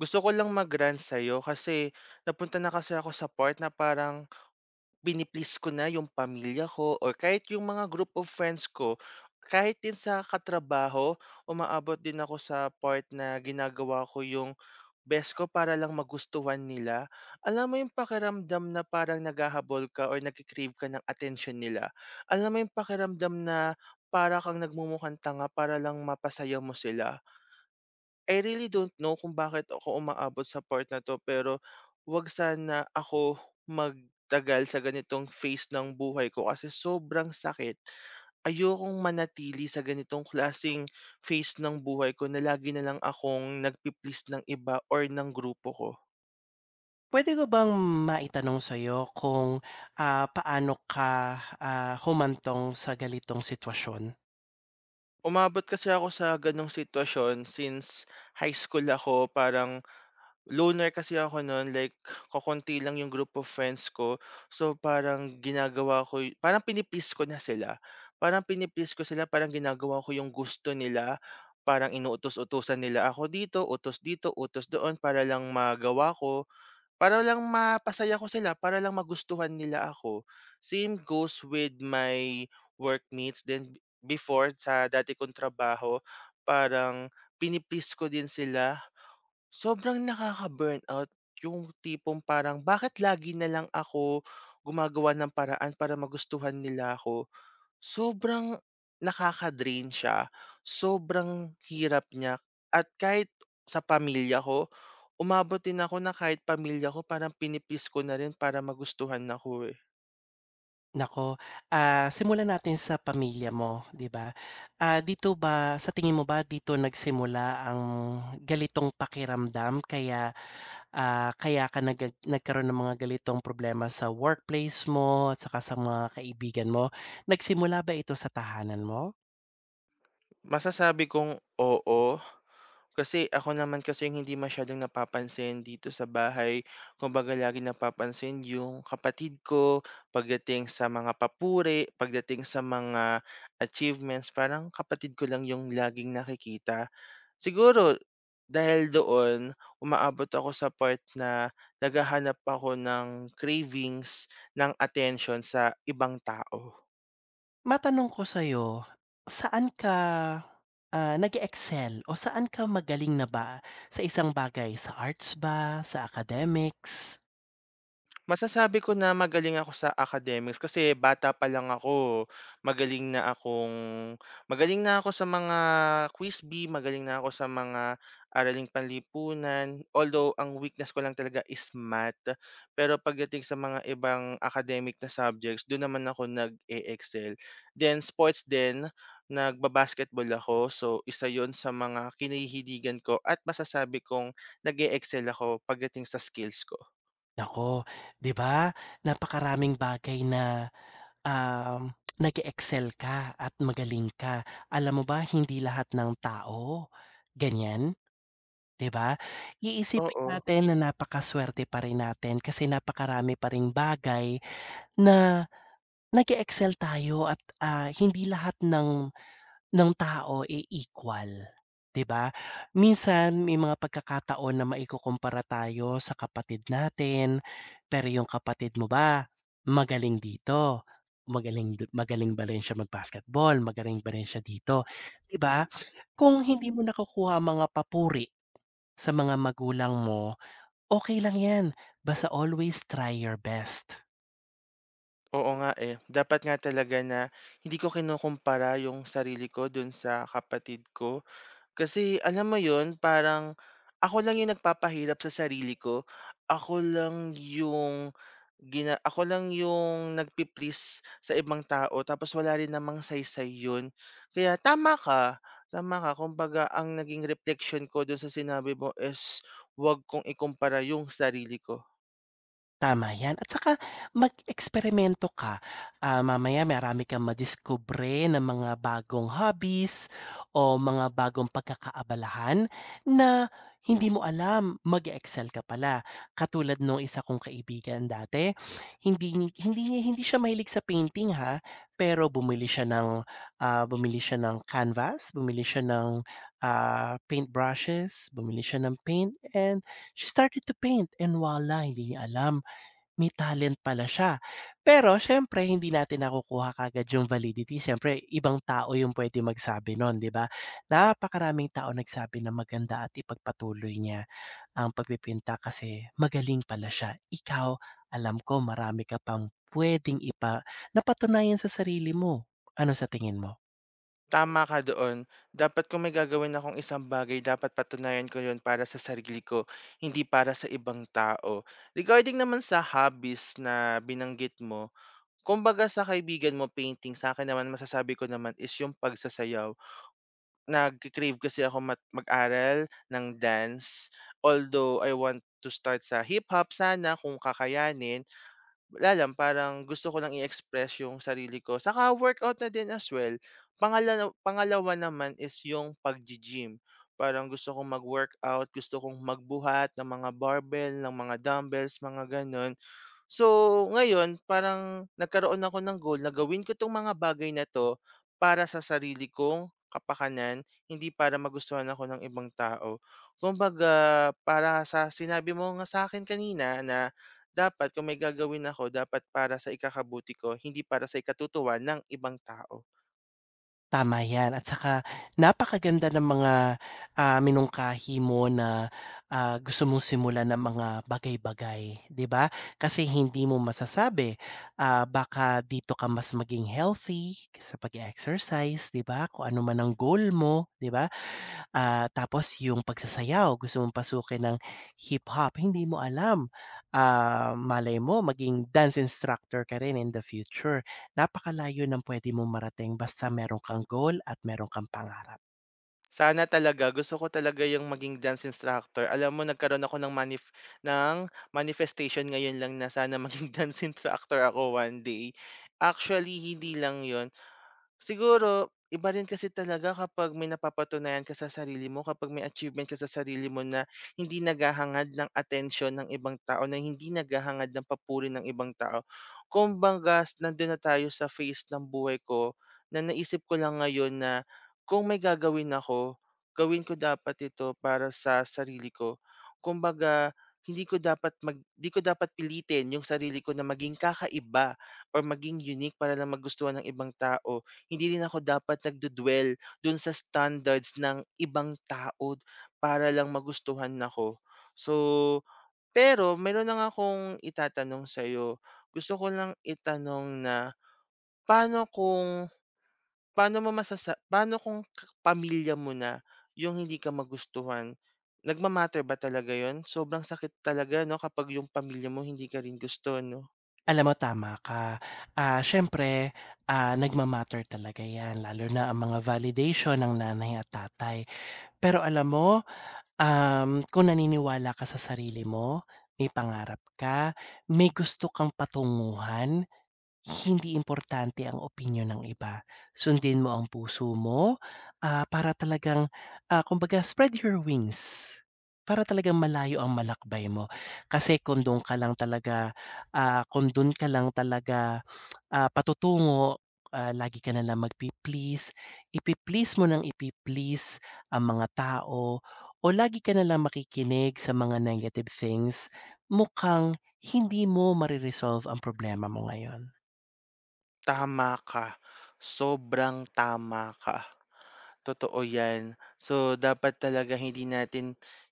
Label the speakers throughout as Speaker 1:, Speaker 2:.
Speaker 1: Gusto ko lang mag-rant sa'yo kasi napunta na kasi ako sa part na parang pini ko na yung pamilya ko or kahit yung mga group of friends ko. Kahit din sa katrabaho, umaabot din ako sa part na ginagawa ko yung best ko para lang magustuhan nila. Alam mo yung pakiramdam na parang naghahabol ka or nagkikrave ka ng attention nila. Alam mo yung pakiramdam na para kang nagmumukhang tanga para lang mapasaya mo sila. I really don't know kung bakit ako umaabot sa part na 'to, pero 'wag sana ako magtagal sa ganitong phase ng buhay ko kasi sobrang sakit. Ayokong manatili sa ganitong klasing phase ng buhay ko na lagi na lang akong nagpi ng iba or ng grupo ko.
Speaker 2: Puwede ko bang maitanong sa'yo kung, paano ka, humantong sa galitong sitwasyon?
Speaker 1: Umabot kasi ako sa gano'ng sitwasyon since high school ako, parang loner kasi ako noon like kokonti lang yung group of friends ko. So parang ginagawa ko yu parang pinipis ko na sila. Parang pinipis ko sila, parang ginagawa ko yung gusto nila, parang inuutos-utusan nila ako dito, utos doon para lang magawa ko, para lang mapasaya ko sila, para lang magustuhan nila ako. Same goes with my workmates din before sa dati kong trabaho, parang pinipis ko din sila. Sobrang nakaka-burnout yung tipong parang bakit lagi na lang ako gumagawa ng paraan para magustuhan nila ako. Sobrang nakaka-drain siya, sobrang hirap niya at kahit sa pamilya ko, umabot din ako na kahit pamilya ko parang pini ko na rin para magustuhan ako eh.
Speaker 2: Naku, simulan natin sa pamilya mo, 'di ba? Dito ba sa tingin mo ba dito nagsimula ang galitong pakiramdam kaya, ah, kaya ka nagag nagkaroon ng mga galitong problema sa workplace mo at saka sa mga kaibigan mo? Nagsimula ba ito sa tahanan mo?
Speaker 1: Masasabi kong oo. Kasi ako naman kasi yung hindi masyadong napapansin dito sa bahay. Kumbaga lagi napapansin yung kapatid ko pagdating sa mga papuri, pagdating sa mga achievements, parang kapatid ko lang yung laging nakikita. Siguro dahil doon umaabot ako sa part na naghahanap ako ng cravings ng attention sa ibang tao.
Speaker 2: Matanong ko sa'yo, saan ka, nag excel o saan ka magaling na ba sa isang bagay? Sa arts ba, sa academics?
Speaker 1: Masasabi ko na magaling ako sa academics kasi bata pa lang ako, magaling na akong magaling na ako sa mga quiz-bee, magaling na ako sa mga araling panlipunan. Although ang weakness ko lang talaga is math, pero pagdating sa mga ibang academic na subjects, dun naman ako nag excel. Then sports din, nagba-basketball ako, so isa yon sa mga kinahihiligan ko at masasabi kong nag excel ako pagdating sa skills ko.
Speaker 2: Naku, 'di ba napakaraming bagay na, um, nag excel ka at magaling ka. Alam mo ba hindi lahat ng tao ganyan, 'di ba? Iisipin
Speaker 1: Oo.
Speaker 2: natin na napakasuwerte pa rin natin kasi napakarami pa ring bagay na nag-e-excel tayo at, hindi lahat ng tao, eh, equal, 'di ba? Minsan may mga pagkakataon na maikukumpara tayo sa kapatid natin, pero yung kapatid mo ba magaling dito, magaling ba rin siya mag-basketball, magaling ba rin siya dito, 'di ba? Kung hindi mo nakukuha ang mga papuri sa mga magulang mo, okay lang 'yan, basta always try your best.
Speaker 1: Oo nga eh. Dapat nga talaga na hindi ko kinukumpara yung sarili ko dun sa kapatid ko. Kasi alam mo yun, parang ako lang yung nagpapahirap sa sarili ko. Ako lang yung nagpi-please sa ibang tao tapos wala rin namang saysay yun. Kaya tama ka. Tama ka. Kumbaga, ang naging reflection ko dun sa sinabi mo is wag kong ikumpara yung sarili ko.
Speaker 2: Tama 'yan at saka mag-eksperimento ka, mamaya marami kang madiskubre na mga bagong hobbies o mga bagong pagkakaabalahan na hindi mo alam mag excel ka pala. Katulad nung isa kong kaibigan dati, hindi ni hindi niya hindi siya mahilig sa painting ha, pero bumili siya ng, bumili siya ng canvas, bumili siya ng, paint brushes, bumili siya ng paint and she started to paint and voila, hindi niya alam may talent pala siya. Pero siyempre hindi natin nakukuha kaagad yung validity, siyempre ibang tao yung pwede magsabi no'n, 'di ba? Napakaraming tao nagsabi na maganda at ipagpatuloy niya ang pagpipinta kasi magaling pala siya. Ikaw, alam ko marami ka pang puwedeng napatunayan sa sarili mo. Ano sa tingin mo?
Speaker 1: Tama ka doon. Dapat kung may gagawin akong isang bagay, dapat patunayan ko yun para sa sarili ko, hindi para sa ibang tao. Regarding naman sa hobbies na binanggit mo, kumbaga sa kaibigan mo painting, sa akin naman masasabi ko naman is yung pagsasayaw. Nag-crave kasi ako mag-aral ng dance. Although I want to start sa hip-hop sana kung kakayanin, wala lang parang gusto ko lang i-express yung sarili ko, saka workout na din as well. Pangalawa naman is yung pag gym. Parang gusto kong mag-workout, gusto kong magbuhat ng mga barbell, ng mga dumbbells, mga gano'n. So, ngayon parang nagkaroon ako ng goal na gawin ko 'tong mga bagay na 'to para sa sarili kong kapakanan, hindi para magustuhan ako ng ibang tao. Kumbaga para sa sinabi mo nga sa akin kanina na dapat kung may gagawin ako, dapat para sa ikakabuti ko, hindi para sa ikatutuwa ng ibang tao.
Speaker 2: Tama 'yan at saka napakaganda ng mga, minungkahi mo na, gusto mong simulan ng mga bagay-bagay, 'di ba? Kasi hindi mo masasabi, baka dito ka mas maging healthy sa pag exercise, 'di ba? Kung ano man ang goal mo, 'di ba? Tapos yung pagsasayaw, gusto mong pasukin ng hip-hop, hindi mo alam. Malay mo maging dance instructor ka rin in the future. Napakalayo ng puwede mong marating basta meron kang goal at meron kang pangarap.
Speaker 1: Sana talaga, gusto ko talaga yung maging dance instructor. Alam mo, nagkaroon ako ng manifestation ngayon lang na sana maging dance instructor ako one day. Actually, hindi lang yon. Siguro iba rin kasi talaga kapag may napapatunayan ka sa sarili mo, kapag may achievement ka sa sarili mo na hindi naghahangad ng attention ng ibang tao, na hindi naghahangad ng papuri ng ibang tao. Kumbaga nandun na tayo sa phase ng buhay ko na naisip ko lang ngayon na kung may gagawin ako, gawin ko dapat ito para sa sarili ko. Kumbaga hindi ko dapat pilitin yung sarili ko na maging kakaiba or maging unique para lang magustuhan ng ibang tao. Hindi rin ako dapat nagdu-dwell dun sa standards ng ibang tao para lang magustuhan ako. So, pero meron lang akong itatanong sa'yo. Gusto ko lang itanong na paano kung paano kung ka pamilya mo na yung hindi ka magustuhan? Ba talaga yon? Sobrang sakit talaga 'no kapag yung pamilya mo hindi ka rin gusto 'no?
Speaker 2: Alam mo tama ka. Siyempre, nagma talaga 'yan lalo na ang mga validation ng nanay at tatay. Pero alam mo, kung naniniwala ka sa sarili mo, may pangarap ka, may gusto kang patunguhan, hindi importante ang opinyon ng iba, sundin mo ang puso mo, para talagang, kumbaga spread your wings. Para talagang malayo ang malakbay mo. Kasi kung dun ka lang talaga, patutungo, lagi ka nalang magpi-please, ipi-please mo ng ipi-please ang mga tao o lagi ka na nalang makikinig sa mga negative things, mukhang hindi mo mare ang problema mo ngayon.
Speaker 1: Tama ka, sobrang tama ka. Totoo yan. So, dapat talaga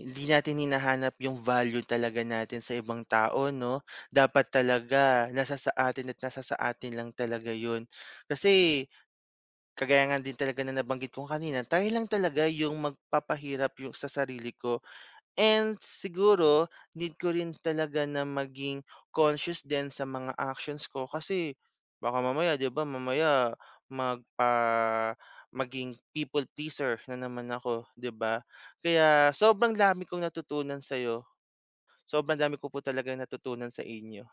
Speaker 1: hindi natin hinahanap yung value talaga natin sa ibang tao, 'no? Dapat talaga nasa sa atin at nasa sa atin lang talaga yun. Kasi kagaya nga din talaga na nabanggit ko kanina, tayo lang talaga yung magpapahirap yung sa sarili ko. And siguro need ko rin talaga na maging conscious din sa mga actions ko kasi baka mamaya 'di ba, mamaya magpa maging people pleaser na naman ako 'di ba? Kaya sobrang dami kong natutunan sa'yo, sobrang dami ko po talagang natutunan sa inyo.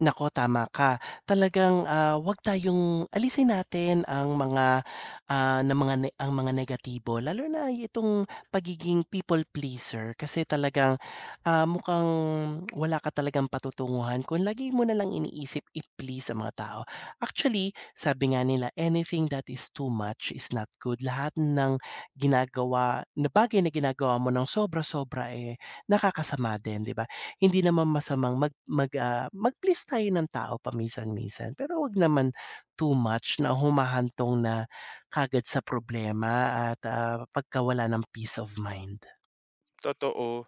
Speaker 2: Nako tama ka. Talagang, 'wag tayong alisin natin ang mga, ah, na mga ne ang mga negatibo lalo na itong pagiging people pleaser kasi talagang, mukhang wala ka talagang patutunguhan kung lagi mo nalang iniisip i-please ang mga tao. Actually, sabi nga nila, "Anything that is too much is not good." Lahat ng ginagawa na bagay na ginagawa mo ng sobra-sobra, eh, nakakasama din, 'di ba? Hindi naman masamang mag mag, ah, mag-please tayo ng tao paminsan-minsan pero wag naman too much na humahantong na kaagad sa problema at, pagkawala ng peace of mind.
Speaker 1: Totoo.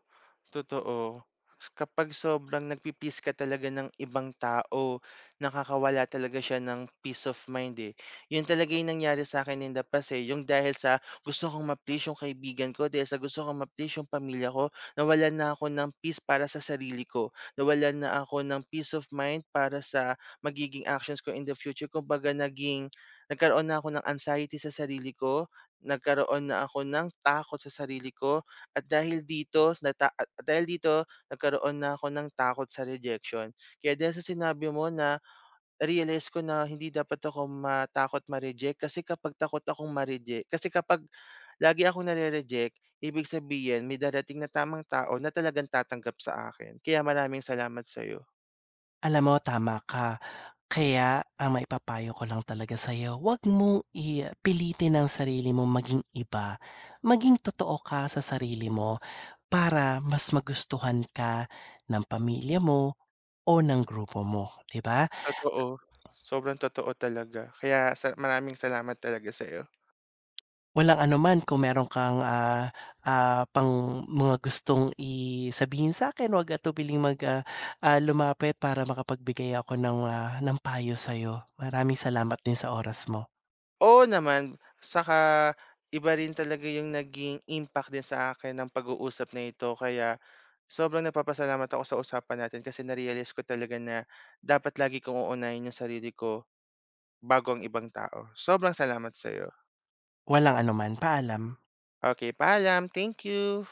Speaker 1: Totoo. Kapag sobrang nagpipis ka talaga ng ibang tao, nakakawala talaga siya ng peace of mind, eh. Yun talaga yung nangyari sa'kin in the past, eh, yung dahil sa gusto kong ma-please yung kaibigan ko, dahil sa gusto kong ma-please yung pamilya ko, nawalan na ako ng peace para sa sarili ko. Nawalan na ako ng peace of mind para sa magiging actions ko in the future. Kumbaga naging nagkaroon na ako ng anxiety sa sarili ko, nagkaroon na ako ng takot sa sarili ko. At dahil dito nagkaroon na ako ng takot sa rejection. Kaya dahil sa sinabi mo na realize ko na hindi dapat ako matakot ma-reject kasi kapag lagi akong nare-reject, ibig sabihin may darating na tamang tao na talagang tatanggap sa akin. Kaya maraming salamat sa iyo.
Speaker 2: Alam mo tama ka. Kaya ang maipapayo ko lang talaga sa'yo, wag mong i pilitin ang sarili mong maging iba. Maging totoo ka sa sarili mo para mas magustuhan ka ng pamilya mo o ng grupo mo, 'di ba?
Speaker 1: Totoo, sobrang totoo talaga. Kaya sa maraming salamat talaga sa iyo.
Speaker 2: Walang anuman kung meron kang, pang mga gustong i sabihin sa'kin, huwag atubiling lumapit para makapagbigay ako ng, ng payo sa'yo. Maraming salamat din sa oras mo.
Speaker 1: Oo naman, saka iba rin talaga yung naging impact din sa akin ng pag-uusap na ito kaya sobrang napapasalamat ako sa usapan natin kasi narealize ko talaga na dapat lagi kong uunahin yung sarili ko bago ang ibang tao. Sobrang salamat sa'yo.
Speaker 2: Walang anuman, paalam.
Speaker 1: Okay, paalam. Thank you.